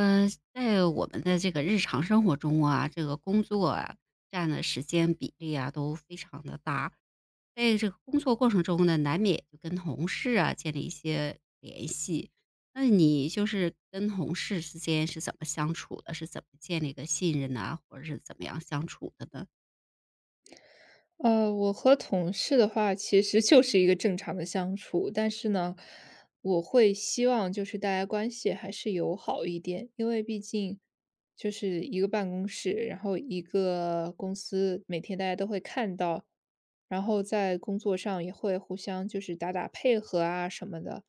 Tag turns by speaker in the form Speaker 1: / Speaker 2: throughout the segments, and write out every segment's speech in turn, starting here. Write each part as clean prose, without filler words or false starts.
Speaker 1: 嗯，在我们的这个日常生活中啊，这个工作啊占的时间比例啊都非常的大。在这个工作过程中呢，难免就跟同事啊建立一些联系。那你就是跟同事之间是怎么相处的？是怎么建立个信任呢？或者是怎么样相处的呢？
Speaker 2: 我和同事的话，其实就是一个正常的相处，但是呢，我会希望就是大家关系还是友好一点，因为毕竟就是一个办公室，然后一个公司，每天大家都会看到，然后在工作上也会互相就是打打配合啊什么的。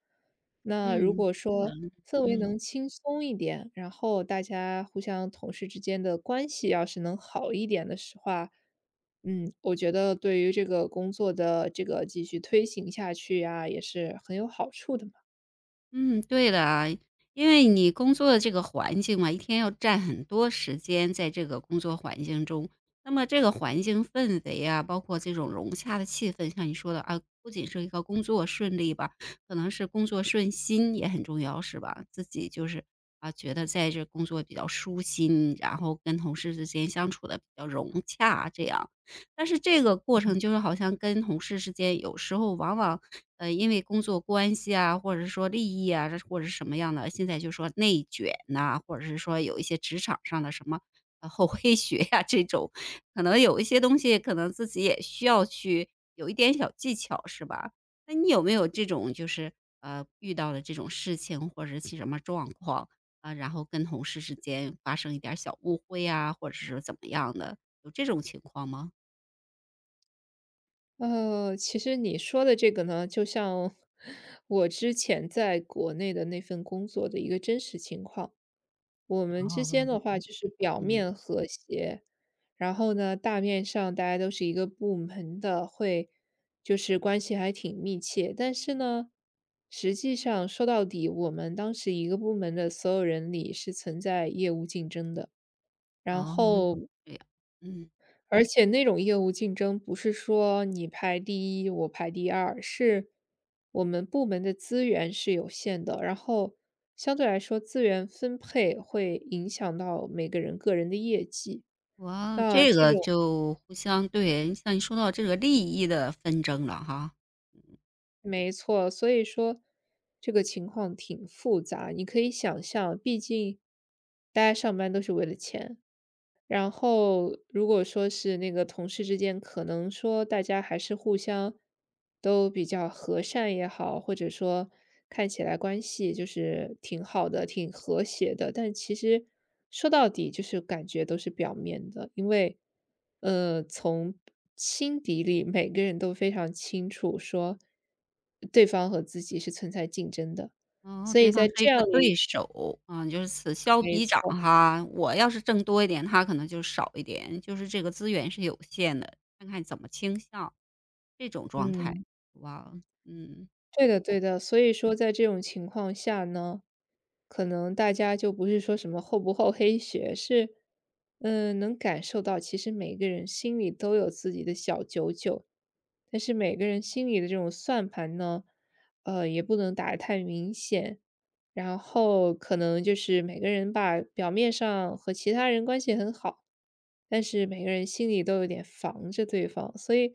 Speaker 2: 那如
Speaker 1: 嗯，
Speaker 2: 果
Speaker 1: 是的
Speaker 2: 说氛围
Speaker 1: 嗯。
Speaker 2: 能轻松一点，然后大家互相同事之间的关系要是能好一点的时话，嗯，我觉得对于这个工作的这个继续推行下去呀、也是很有好处的嘛。
Speaker 1: 嗯，对的啊，因为你工作的这个环境嘛，一天要占很多时间在这个工作环境中，那么这个环境氛围啊，包括这种融洽的气氛，像你说的啊，不仅是一个工作顺利吧，可能是工作顺心也很重要，是吧？自己就是啊，觉得在这工作比较舒心，然后跟同事之间相处的比较融洽，这样。但是这个过程就是好像跟同事之间有时候往往因为工作关系啊，或者是说利益啊，这或者是什么样的，现在就说内卷呐、或者是说有一些职场上的什么厚黑学呀、这种，可能有一些东西，可能自己也需要去有一点小技巧，是吧？那你有没有这种就是遇到的这种事情，或者是什么状况啊，然后跟同事之间发生一点儿小误会啊，或者是怎么样的，有这种情况吗？
Speaker 2: 其实你说的这个呢，就像我之前在国内的那份工作的一个真实情况。我们
Speaker 1: 然
Speaker 2: 之
Speaker 1: 后
Speaker 2: 间的话就是表
Speaker 1: 嗯，
Speaker 2: 面和谐，然后呢，大面上大家都是一个部门的，会就是关系还挺密切。但是呢，实际上说到底，我们当时一个部门的所有人里是存在业务竞争的。然
Speaker 1: 哦，
Speaker 2: 后
Speaker 1: 这样，嗯。
Speaker 2: 而且那种业务竞争不是说你排第一，我排第二，是我们部门的资源是有限的，然后相对来说资源分配会影响到每个人个人的业绩。
Speaker 1: 哇，
Speaker 2: 那
Speaker 1: 这
Speaker 2: 这
Speaker 1: 个
Speaker 2: 种
Speaker 1: 就互相对，像你说到这个利益的纷争了哈。
Speaker 2: 没错，所以说这个情况挺复杂，你可以想象，毕竟大家上班都是为了钱。然后如果说是那个同事之间，可能说大家还是互相都比较和善也好，或者说看起来关系就是挺好的、挺和谐的，但其实说到底就是感觉都是表面的，因为从心底里每个人都非常清楚说对方和自己是存在竞争的，
Speaker 1: 哦，
Speaker 2: 所以
Speaker 1: 对方
Speaker 2: 在
Speaker 1: 是
Speaker 2: 这
Speaker 1: 一
Speaker 2: 样
Speaker 1: 个
Speaker 2: 的一
Speaker 1: 对手，啊，就是此消
Speaker 2: 没
Speaker 1: 彼长
Speaker 2: 错，
Speaker 1: 哈。我要是挣多一点，他可能就少一点，就是这个资源是有限的，看看怎么倾向，这种状态。
Speaker 2: 嗯。
Speaker 1: 哇，嗯，
Speaker 2: 对的对的，所以说在这种情况下呢，可能大家就不是说什么厚不厚黑学，是，能感受到其实每个人心里都有自己的小九九，但是每个人心里的这种算盘呢，也不能打得太明显，然后可能就是每个人吧，表面上和其他人关系很好，但是每个人心里都有点防着对方，所以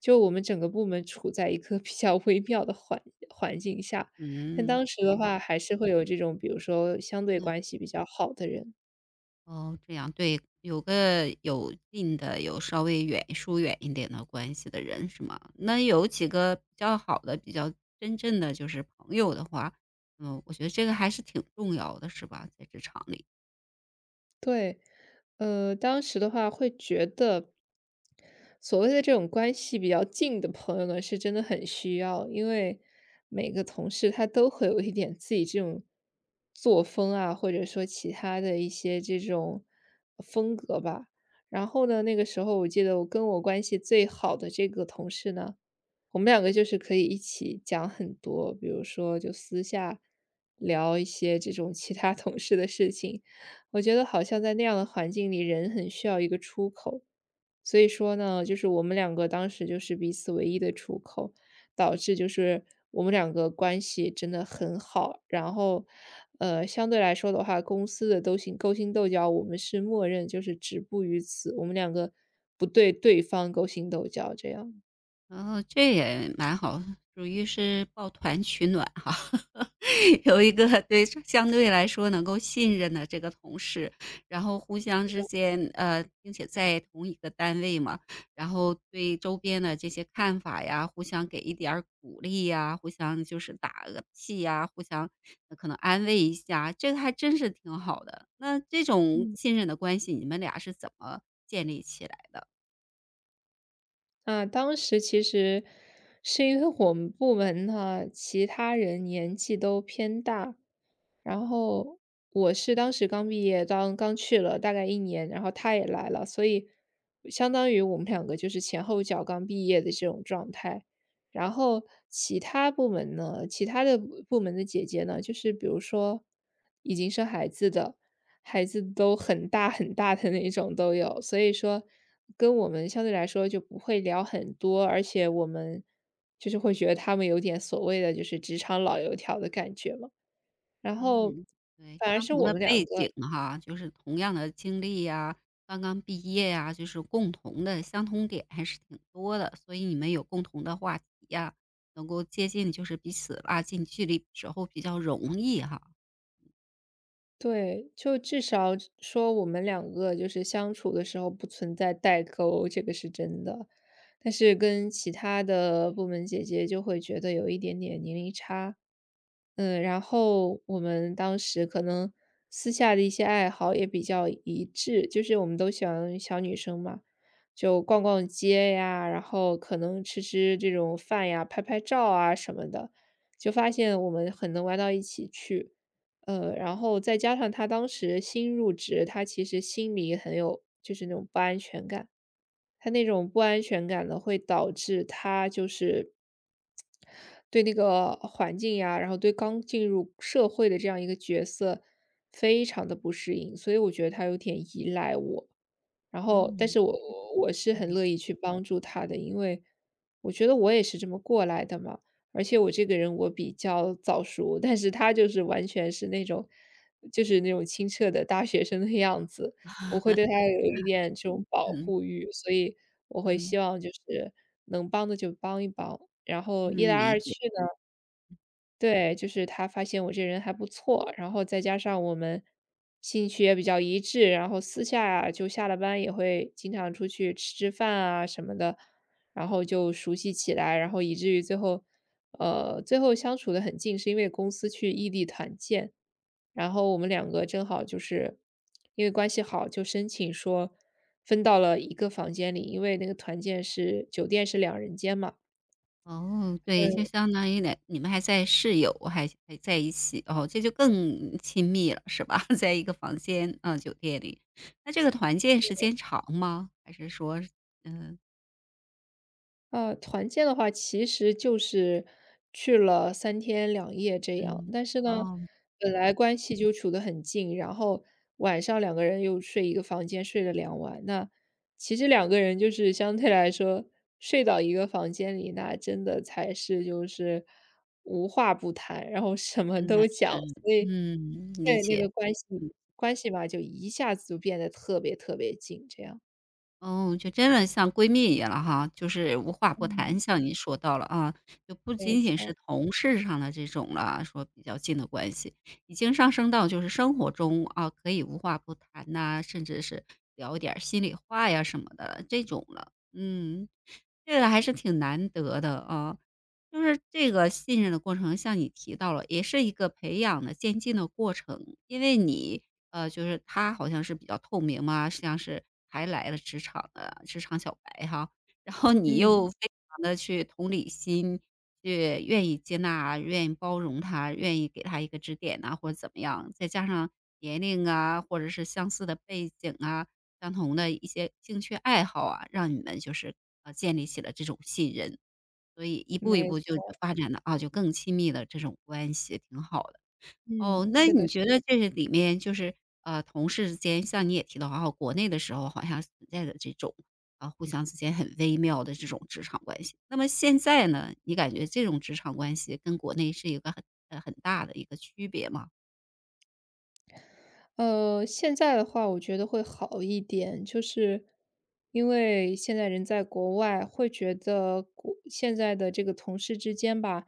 Speaker 2: 就我们整个部门处在一个 比较微妙的环境下。但
Speaker 1: 嗯，
Speaker 2: 当时的
Speaker 1: 对，
Speaker 2: 话，还是会有这种，比如说相对
Speaker 1: 那
Speaker 2: 关系比较好的人，
Speaker 1: 哦，这样，对，有个有近的，有稍微远疏远一点的关系的人是吗？那有几个比较好的、比较真正的就是朋友的话，嗯，我觉得这个还是挺重要的，是吧？在职场里，
Speaker 2: 对，当时的话会觉得，所谓的这种关系比较近的朋友呢，是真的很需要，因为每个同事他都会有一点自己这种作风啊，或者说其他的一些这种风格吧。然后呢，那个时候我记得我跟我关系最好的这个同事呢，我们两个就是可以一起讲很多，比如说就私下聊一些这种其他同事的事情，我觉得好像在那样的环境里，人很需要一个出口。所以说呢，就是我们两个当时就是彼此唯一的出口，导致就是我们两个关系真的很好。然后，相对来说的话，公司的勾心斗角，我们是默认就是止步于此，我们两个不对对方勾心斗角这样。
Speaker 1: 然后这也蛮好，属于是抱团取暖哈。有一个对相对来说能够信任的这个同事，然后互相之间并且在同一个单位嘛，然后对周边的这些看法呀，互相给一点儿鼓励呀，互相就是打个气呀，互相可能安慰一下，这个还真是挺好的。那这种信任的关系，你们俩是怎么建立起来的？
Speaker 2: 啊，当时其实是因为我们部门呢，其他人年纪都偏大。然后我是当时刚毕业，当刚去了大概1年，然后他也来了，所以相当于我们两个就是前后脚刚毕业的这种状态。然后其他部门呢，其他的部门的姐姐呢，就是比如说已经生孩子的，孩子都很大很大的那种都有，所以说跟我们相对来说就不会聊很多，而且我们就是会觉得他们有点所谓的就是职场老油条的感觉嘛。然后
Speaker 1: 嗯，对，
Speaker 2: 反而
Speaker 1: 相
Speaker 2: 是
Speaker 1: 同
Speaker 2: 我
Speaker 1: 的
Speaker 2: 们两个
Speaker 1: 背景哈，就是同样的经历呀，刚刚毕业呀，就是共同的相同点还是挺多的，所以你们有共同的话题呀，能够接近就是彼此拉近距离时候比较容易哈。
Speaker 2: 对，就至少说我们两个就是相处的时候不存在代沟，这个是真的。但是跟其他的部门姐姐就会觉得有一点点年龄差。嗯，然后我们当时可能私下的一些爱好也比较一致，就是我们都喜欢小女生嘛，就逛逛街呀，然后可能吃吃这种饭呀，拍拍照啊什么的，就发现我们很能玩到一起去。然后再加上他当时新入职，他其实心里很有就是那种不安全感，他那种不安全感呢，会导致他就是对那个环境呀，然后对刚进入社会的这样一个角色非常的不适应，所以我觉得他有点依赖我。然后，但
Speaker 1: 嗯，
Speaker 2: 是我是
Speaker 1: 嗯，
Speaker 2: 很
Speaker 1: 嗯
Speaker 2: 乐意去帮助他的，因为我觉得我也是这么过来的嘛，而且我这个人我比较早熟，但是他就是完全是那种就是那种清澈的大学生的样子。我会对他有一点这种保
Speaker 1: 嗯，
Speaker 2: 护欲，所以我会
Speaker 1: 嗯，
Speaker 2: 希望就是能帮的就帮一帮。然后
Speaker 1: 能
Speaker 2: 一来
Speaker 1: 理
Speaker 2: 二去
Speaker 1: 解。
Speaker 2: 呢对，就是他发现我这人还不错，然后再加上我们兴趣也比较一致，然后私下就下了班也会经常出去吃吃饭啊什么的，然后就熟悉起来，然后以至于最后最后相处的很近，是因为公司去异地团建。然后我们两个正好就是因为关系好，就申请说分到了一个房间里，因为那个团建是酒店是两人间嘛。
Speaker 1: 哦，对，就相当于你们还在室友，还在一起，哦，这就更亲密了，是吧？在一个房间，啊，酒店里。那这个团建时间长吗？还是说，嗯
Speaker 2: 团建的话，其实就是去了3天2夜这样。
Speaker 1: 嗯，
Speaker 2: 但是呢，
Speaker 1: 哦，
Speaker 2: 本
Speaker 1: 嗯，
Speaker 2: 来关系就处得很近，然后晚上两个人又睡一个房间，睡了2晚。那其实两个人就是相对来说睡到一个房间里，那真的才是就是无话不谈，然后什么
Speaker 1: 真的
Speaker 2: 都讲。
Speaker 1: 是，
Speaker 2: 所以
Speaker 1: 嗯，理
Speaker 2: 对，那
Speaker 1: 解。
Speaker 2: 个关系
Speaker 1: 嗯
Speaker 2: 关系吧，就一下子就变得特别特别近这样。
Speaker 1: 哦，就真的像闺蜜一样了哈，就是无话不
Speaker 2: 嗯。
Speaker 1: 谈，像你说到了啊，就不
Speaker 2: 没
Speaker 1: 仅仅
Speaker 2: 错，
Speaker 1: 是同事上的这种了，说比较近的关系，已经上升到就是生活中啊，可以无话不谈呐、甚至是聊一点儿心里话呀什么的这种了。嗯，这个还是挺难得的啊。就是这个信任的过程，像你提到了，也是一个培养的渐进的过程。因为你，就是他好像是比较透明嘛，像是还来了职场的职场小白哈，然后你
Speaker 2: 嗯，
Speaker 1: 又非常的去同理心，去愿意接纳、愿意包容他、愿意给他一个指点呐，或者怎么样。再加上年龄啊，或者是相似的背景啊，相同的一些兴趣爱好啊，让你们就是，建立起了这种信任。所以一步一
Speaker 2: 没
Speaker 1: 步就
Speaker 2: 错。
Speaker 1: 发展的啊，就更亲密的这种关系，挺好的。
Speaker 2: 嗯，
Speaker 1: 哦，那
Speaker 2: 是的，
Speaker 1: 你觉得这里面就是，同事之间，像你也提到啊，国内的时候好像存在的这种，啊，互相之间很微妙的这种职场关系。那么现在呢，你感觉这种职场关系跟国内是一个很大的一个区别吗？
Speaker 2: 现在的话我觉得会好一点，就是因为现在人在国外，会觉得国现在的这个同事之间吧，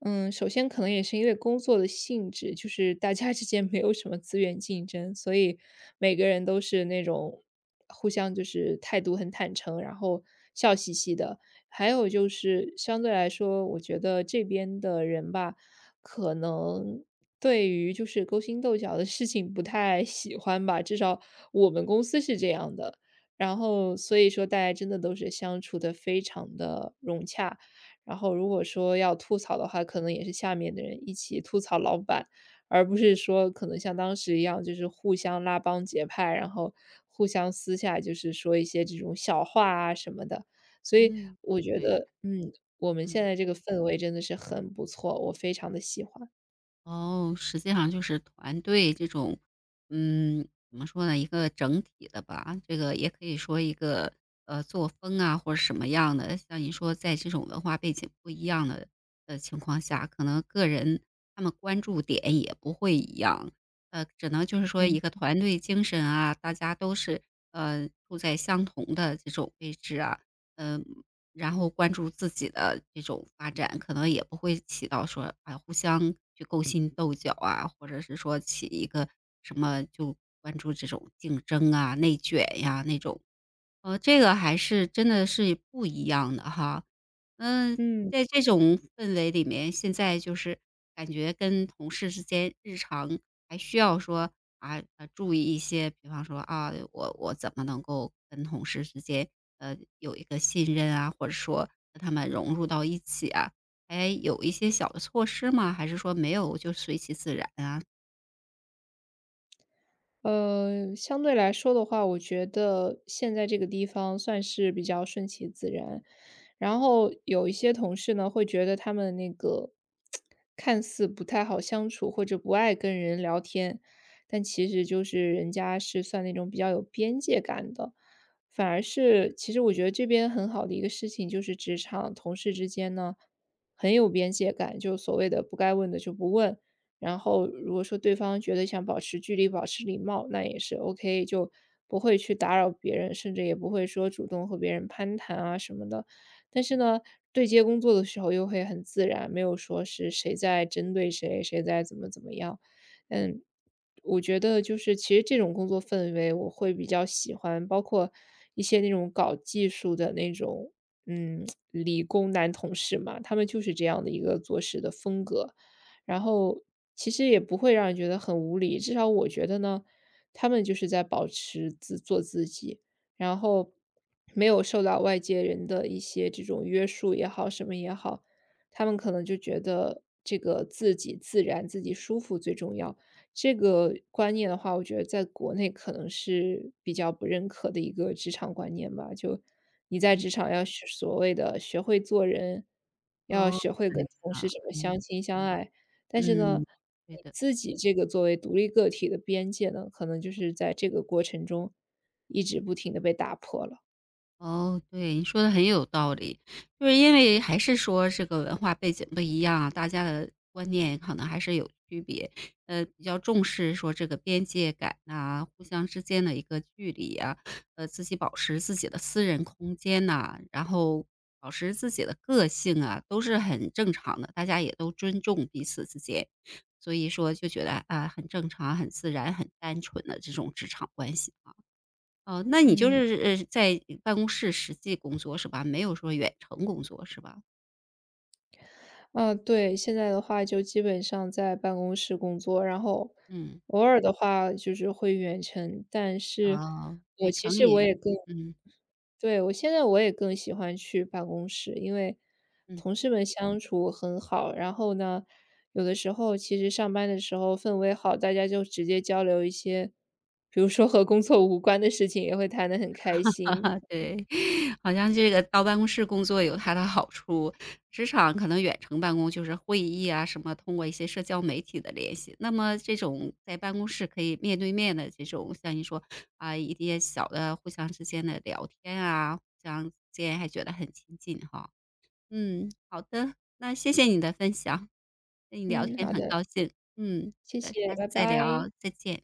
Speaker 2: 首先可能也是因为工作的性质，就是大家之间没有什么资源竞争，所以每个人都是那种互相就是态度很坦诚，然后笑嘻嘻的。还有就是相对来说，我觉得这边的人吧，可能对于就是勾心斗角的事情不太喜欢吧，至少我们公司是这样的。然后所以说大家真的都是相处的非常的融洽，然后如果说要吐槽的话，可能也是下面的人一起吐槽老板，而不是说可能像当时一样，就是互相拉帮结派，然后互相私下就是说一些这种小话啊什么的。所以
Speaker 1: 嗯。
Speaker 2: 我觉
Speaker 1: 对，
Speaker 2: 得，我们现
Speaker 1: 嗯。
Speaker 2: 在这个氛围真的是很不错，我非常的喜欢。
Speaker 1: 哦，实际上就是团队这种，嗯，怎么说呢，一个整体的吧，这个也可以说一个作风啊，或者什么样的。像你说，在这种文化背景不一样的情况下，可能个人他们关注点也不会一样，只能就是说
Speaker 2: 嗯。
Speaker 1: 一个团队精神啊，大家都是处在相同的这种位置啊，嗯。然后关注自己的这种发展，可能也不会起到说，啊，互相去勾心斗角啊，或者是说起一个什么就关注这种竞争啊、内卷呀那种，这个还是真的是不一样的哈。嗯，
Speaker 2: 嗯。
Speaker 1: 在这种氛围里面，现在就是感觉跟同事之间日常还需要说啊，注意一些，比方说啊，我怎么能够跟同事之间呃有一个信任啊，或者说跟他们融入到一起啊，还有一些小的措施吗？还是说没有就随其自然啊？
Speaker 2: 相对来说的话，我觉得现在这个地方算是比较顺其自然。然后有一些同事呢，会觉得他们那个看似不太好相处，或者不爱跟人聊天，但其实就是人家是算那种比较有边界感的。反而是，其实我觉得这边很好的一个事情，就是职场同事之间呢很有边界感，就所谓的不该问的就不问，然后如果说对方觉得想保持距离、保持礼貌，那也是 OK，就不会去打扰别人，甚至也不会说主动和别人攀谈啊什么的。但是呢，对接工作的时候又会很自然，没有说是谁在针对谁，谁在怎么怎么样。嗯，我觉得就是其实这种工作氛围我会比较喜欢，包括一些那种搞技术的那种，嗯，理工男同事嘛，他们就是这样的一个做事的风格。然后其实也不会让人觉得很无理，至少我觉得呢，他们就是在保持自做自己，然后没有受到外界人的一些这种约束也好，什么也好，他们可能就觉得这个自己自然、自己舒服最重要。这个观念的话，我觉得在国内可能是比较不认可的一个职场观念吧。就你在
Speaker 1: 嗯，
Speaker 2: 职场要学所谓的学会做人，要
Speaker 1: 哦，
Speaker 2: 学会跟
Speaker 1: 对
Speaker 2: 同事
Speaker 1: 啊，
Speaker 2: 什么
Speaker 1: 嗯
Speaker 2: 相亲相爱，但是呢，
Speaker 1: 嗯，对
Speaker 2: 你
Speaker 1: 的。
Speaker 2: 自己这个作为独立个体的边界呢，可能就是在这个过程中一直不停的被打破了。
Speaker 1: 哦，对，你说的很有道理。就是因为还是说这个文化背景不一样，啊，大家的观念可能还是有区别。比较重视说这个边界感呐、互相之间的一个距离啊，自己保持自己的私人空间呐、然后保持自己的个性啊，都是很正常的。大家也都尊重彼此之间，所以说就觉得啊，很正常、很自然、很单纯的这种职场关系。哦，那你就
Speaker 2: 嗯，
Speaker 1: 是在办公室实际工作是吧？没有说远程工作是吧？
Speaker 2: 啊，对，现在的话就基本上在办公室工作，然后
Speaker 1: 嗯，
Speaker 2: 偶尔的话就是会远程，但是
Speaker 1: 哦，
Speaker 2: 我
Speaker 1: 远
Speaker 2: 其
Speaker 1: 程
Speaker 2: 实我
Speaker 1: 也
Speaker 2: 也更
Speaker 1: 嗯，
Speaker 2: 对，我现在我也更喜欢去办公室，因为
Speaker 1: 嗯，
Speaker 2: 同事们相处很好。然后呢，有的时候其实上班的时候氛围好，大家就直接交流一些，比如说和工作无关的事情，也会谈得很开心。
Speaker 1: 对，好像这个到办公室工作有它的好处，职场可能远程办公就是会议啊什么，通过一些社交媒体的联系。那么这种在办公室可以面对面的这种，像你说啊，一些小的互相之间的聊天啊，这样之间还觉得很亲近哈。嗯，好的，那谢谢你的分享，跟你聊
Speaker 2: 嗯，
Speaker 1: 天
Speaker 2: 好
Speaker 1: 很
Speaker 2: 的，
Speaker 1: 高兴。嗯，
Speaker 2: 谢
Speaker 1: 那
Speaker 2: 谢，
Speaker 1: 下次
Speaker 2: 拜
Speaker 1: 再
Speaker 2: 拜。
Speaker 1: 聊，再见。